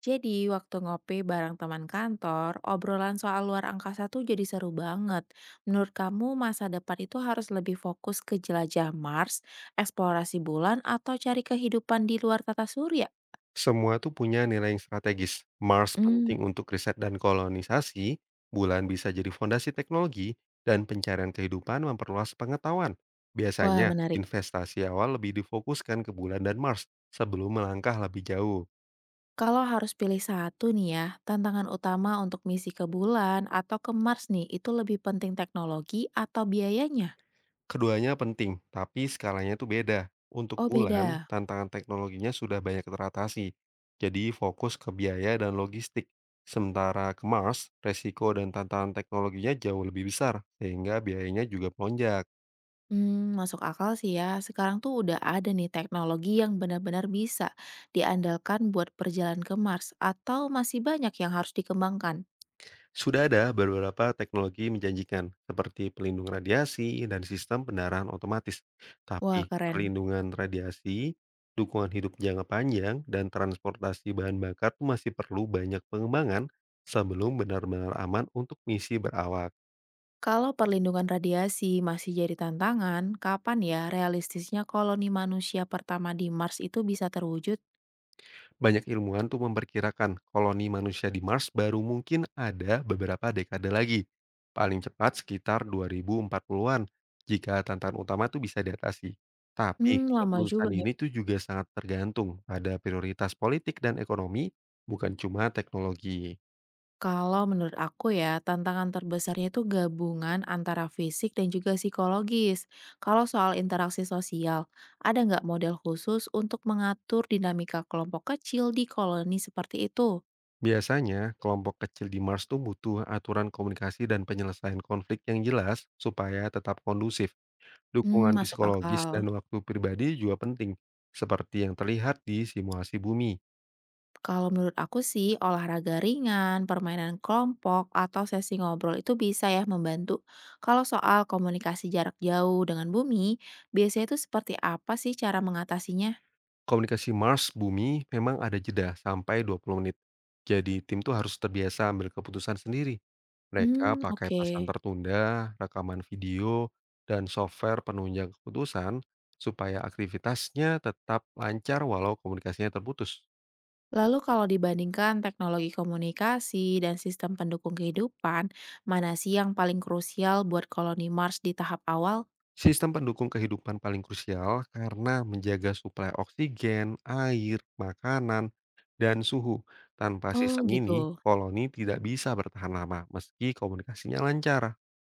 Jadi, waktu ngopi bareng teman kantor, obrolan soal luar angkasa tuh jadi seru banget. Menurut kamu, masa depan itu harus lebih fokus ke jelajah Mars, eksplorasi bulan, atau cari kehidupan di luar tata surya? Semua tuh punya nilai yang strategis. Mars Hmm, penting untuk riset dan kolonisasi, bulan bisa jadi fondasi teknologi, dan pencarian kehidupan memperluas pengetahuan. wah, Biasanya, menarik. investasi awal lebih difokuskan ke bulan dan Mars sebelum melangkah lebih jauh. Kalau harus pilih satu nih ya, tantangan utama untuk misi ke bulan atau ke Mars nih, itu lebih penting teknologi atau biayanya? Keduanya penting, tapi skalanya itu beda. Untuk Oh, bulan, beda. tantangan teknologinya sudah banyak teratasi, jadi fokus ke biaya dan logistik. Sementara ke Mars, resiko dan tantangan teknologinya jauh lebih besar, sehingga biayanya juga melonjak. Hmm, masuk akal sih ya. Sekarang tuh udah ada nih teknologi yang benar-benar bisa diandalkan buat perjalanan ke Mars atau masih banyak yang harus dikembangkan? Sudah ada beberapa teknologi menjanjikan, seperti pelindung radiasi dan sistem pendaraan otomatis. Wah, Tapi keren. perlindungan radiasi, dukungan hidup jangka panjang, dan transportasi bahan bakar tuh masih perlu banyak pengembangan sebelum benar-benar aman untuk misi berawak. Kalau perlindungan radiasi masih jadi tantangan, kapan ya realistisnya koloni manusia pertama di Mars itu bisa terwujud? Banyak ilmuwan tuh memperkirakan koloni manusia di Mars baru mungkin ada beberapa dekade lagi. Paling cepat sekitar 2040-an jika tantangan utama tuh bisa diatasi. Tapi Hmm, lama keputusan juga ya. ini tuh juga sangat tergantung pada prioritas politik dan ekonomi, bukan cuma teknologi. Kalau menurut aku ya, tantangan terbesarnya itu gabungan antara fisik dan juga psikologis. Kalau soal interaksi sosial, ada nggak model khusus untuk mengatur dinamika kelompok kecil di koloni seperti itu? Biasanya, kelompok kecil di Mars tuh butuh aturan komunikasi dan penyelesaian konflik yang jelas supaya tetap kondusif. Hmm, Dukungan masuk psikologis akal. dan waktu pribadi juga penting, seperti yang terlihat di simulasi bumi. Kalau menurut aku sih, olahraga ringan, permainan kelompok, atau sesi ngobrol itu bisa ya membantu. Kalau soal komunikasi jarak jauh dengan bumi, biasanya itu seperti apa sih cara mengatasinya? Komunikasi Mars bumi memang ada jeda sampai 20 menit. Jadi tim tuh harus terbiasa ambil keputusan sendiri. Mereka Hmm, pakai oke. pasan tertunda, rekaman video, dan software penunjang keputusan supaya aktivitasnya tetap lancar walau komunikasinya terputus. Lalu kalau dibandingkan teknologi komunikasi dan sistem pendukung kehidupan, mana sih yang paling krusial buat koloni Mars di tahap awal? Sistem pendukung kehidupan paling krusial karena menjaga suplai oksigen, air, makanan, dan suhu. Tanpa sistem Oh, gitu. ini, koloni tidak bisa bertahan lama meski komunikasinya lancar.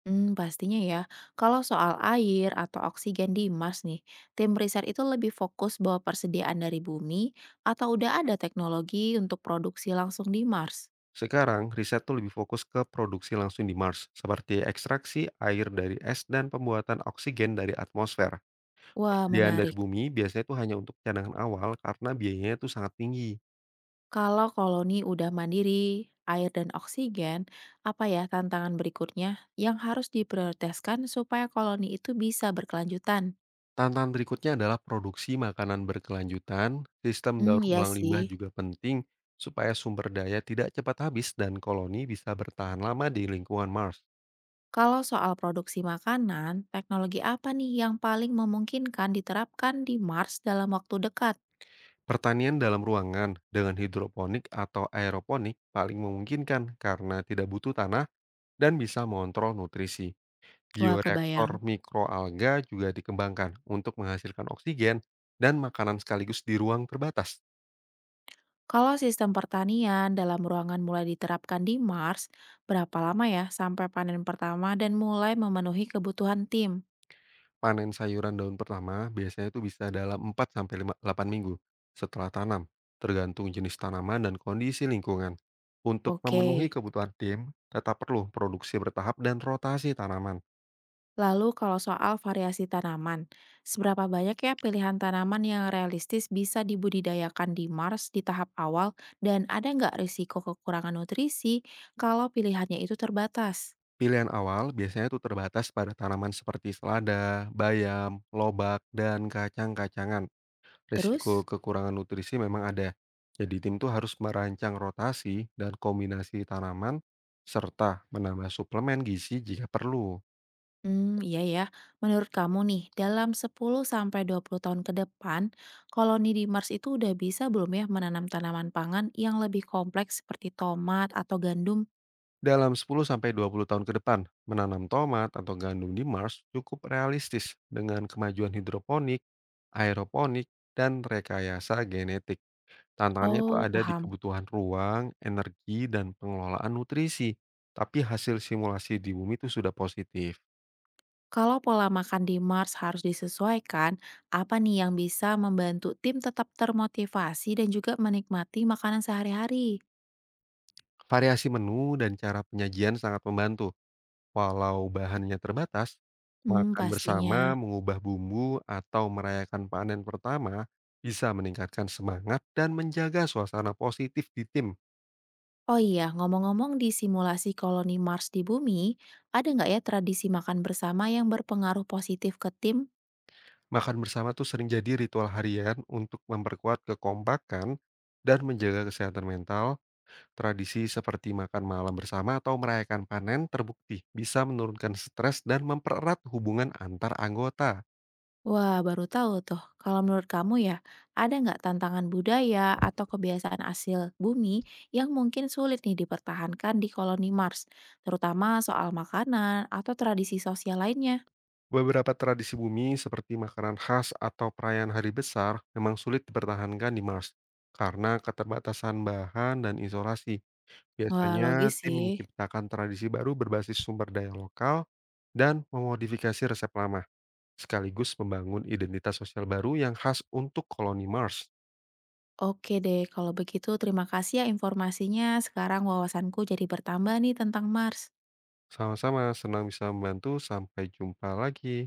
Hmm, pastinya ya. Kalau soal air atau oksigen di Mars nih, tim riset itu lebih fokus bahwa persediaan dari bumi atau udah ada teknologi untuk produksi langsung di Mars. Sekarang, riset tuh lebih fokus ke produksi langsung di Mars, seperti ekstraksi air dari es dan pembuatan oksigen dari atmosfer. Wah, Persediaan dari menarik. bumi biasanya itu hanya untuk cadangan awal karena biayanya itu sangat tinggi. Kalau koloni udah mandiri, air dan oksigen, apa ya tantangan berikutnya yang harus diprioritaskan supaya koloni itu bisa berkelanjutan? Tantangan berikutnya adalah produksi makanan berkelanjutan, sistem daur Hmm, iya ulang limbah sih. juga penting supaya sumber daya tidak cepat habis dan koloni bisa bertahan lama di lingkungan Mars. Kalau soal produksi makanan, teknologi apa nih yang paling memungkinkan diterapkan di Mars dalam waktu dekat? Pertanian dalam ruangan dengan hidroponik atau aeroponik paling memungkinkan karena tidak butuh tanah dan bisa mengontrol nutrisi. Wah, kebayang. Bioreaktor mikroalga juga dikembangkan untuk menghasilkan oksigen dan makanan sekaligus di ruang terbatas. Kalau sistem pertanian dalam ruangan mulai diterapkan di Mars, berapa lama ya sampai panen pertama dan mulai memenuhi kebutuhan tim? Panen sayuran daun pertama biasanya itu bisa dalam 8 minggu setelah tanam, tergantung jenis tanaman dan kondisi lingkungan. Untuk memenuhi Oke. kebutuhan tim, tetap perlu produksi bertahap dan rotasi tanaman. Lalu kalau soal variasi tanaman, seberapa banyak ya pilihan tanaman yang realistis bisa dibudidayakan di Mars di tahap awal dan ada nggak risiko kekurangan nutrisi kalau pilihannya itu terbatas? Pilihan awal biasanya itu terbatas pada tanaman seperti selada, bayam, lobak, dan kacang-kacangan. Risiko Terus, kekurangan nutrisi memang ada. Jadi tim tuh harus merancang rotasi dan kombinasi tanaman serta menambah suplemen gizi jika perlu. hmm, iya ya, menurut kamu nih dalam 10-20 tahun ke depan, koloni di Mars itu udah bisa belum ya menanam tanaman pangan yang lebih kompleks seperti tomat atau gandum? Dalam 10-20 tahun ke depan, menanam tomat atau gandum di Mars cukup realistis dengan kemajuan hidroponik, aeroponik, dan rekayasa genetik. Tantangannya itu Oh, ada di paham. kebutuhan ruang, energi, dan pengelolaan nutrisi. Tapi hasil simulasi di bumi itu sudah positif. Kalau pola makan di Mars harus disesuaikan, apa nih yang bisa membantu tim tetap termotivasi dan juga menikmati makanan sehari-hari? Variasi menu dan cara penyajian sangat membantu. Walau bahannya terbatas, Hmm, makan bersama, pastinya. mengubah bumbu, atau merayakan panen pertama bisa meningkatkan semangat dan menjaga suasana positif di tim. Oh iya, ngomong-ngomong di simulasi koloni Mars di bumi, ada nggak ya tradisi makan bersama yang berpengaruh positif ke tim. Makan bersama tuh sering jadi ritual harian untuk memperkuat kekompakan dan menjaga kesehatan mental. Tradisi seperti makan malam bersama atau merayakan panen terbukti bisa menurunkan stres dan mempererat hubungan antar anggota. Wah, baru tahu tuh. Kalau menurut kamu ya, ada nggak tantangan budaya atau kebiasaan asli bumi yang mungkin sulit nih dipertahankan di koloni Mars, terutama soal makanan atau tradisi sosial lainnya? Beberapa tradisi bumi seperti makanan khas atau perayaan hari besar memang sulit dipertahankan di Mars karena keterbatasan bahan dan isolasi. Wah, Biasanya logis tim sih. menciptakan tradisi baru berbasis sumber daya lokal dan memodifikasi resep lama, sekaligus membangun identitas sosial baru yang khas untuk koloni Mars. Oke deh, kalau begitu terima kasih ya informasinya. Sekarang wawasanku jadi bertambah nih tentang Mars. Sama-sama, senang bisa membantu. Sampai jumpa lagi.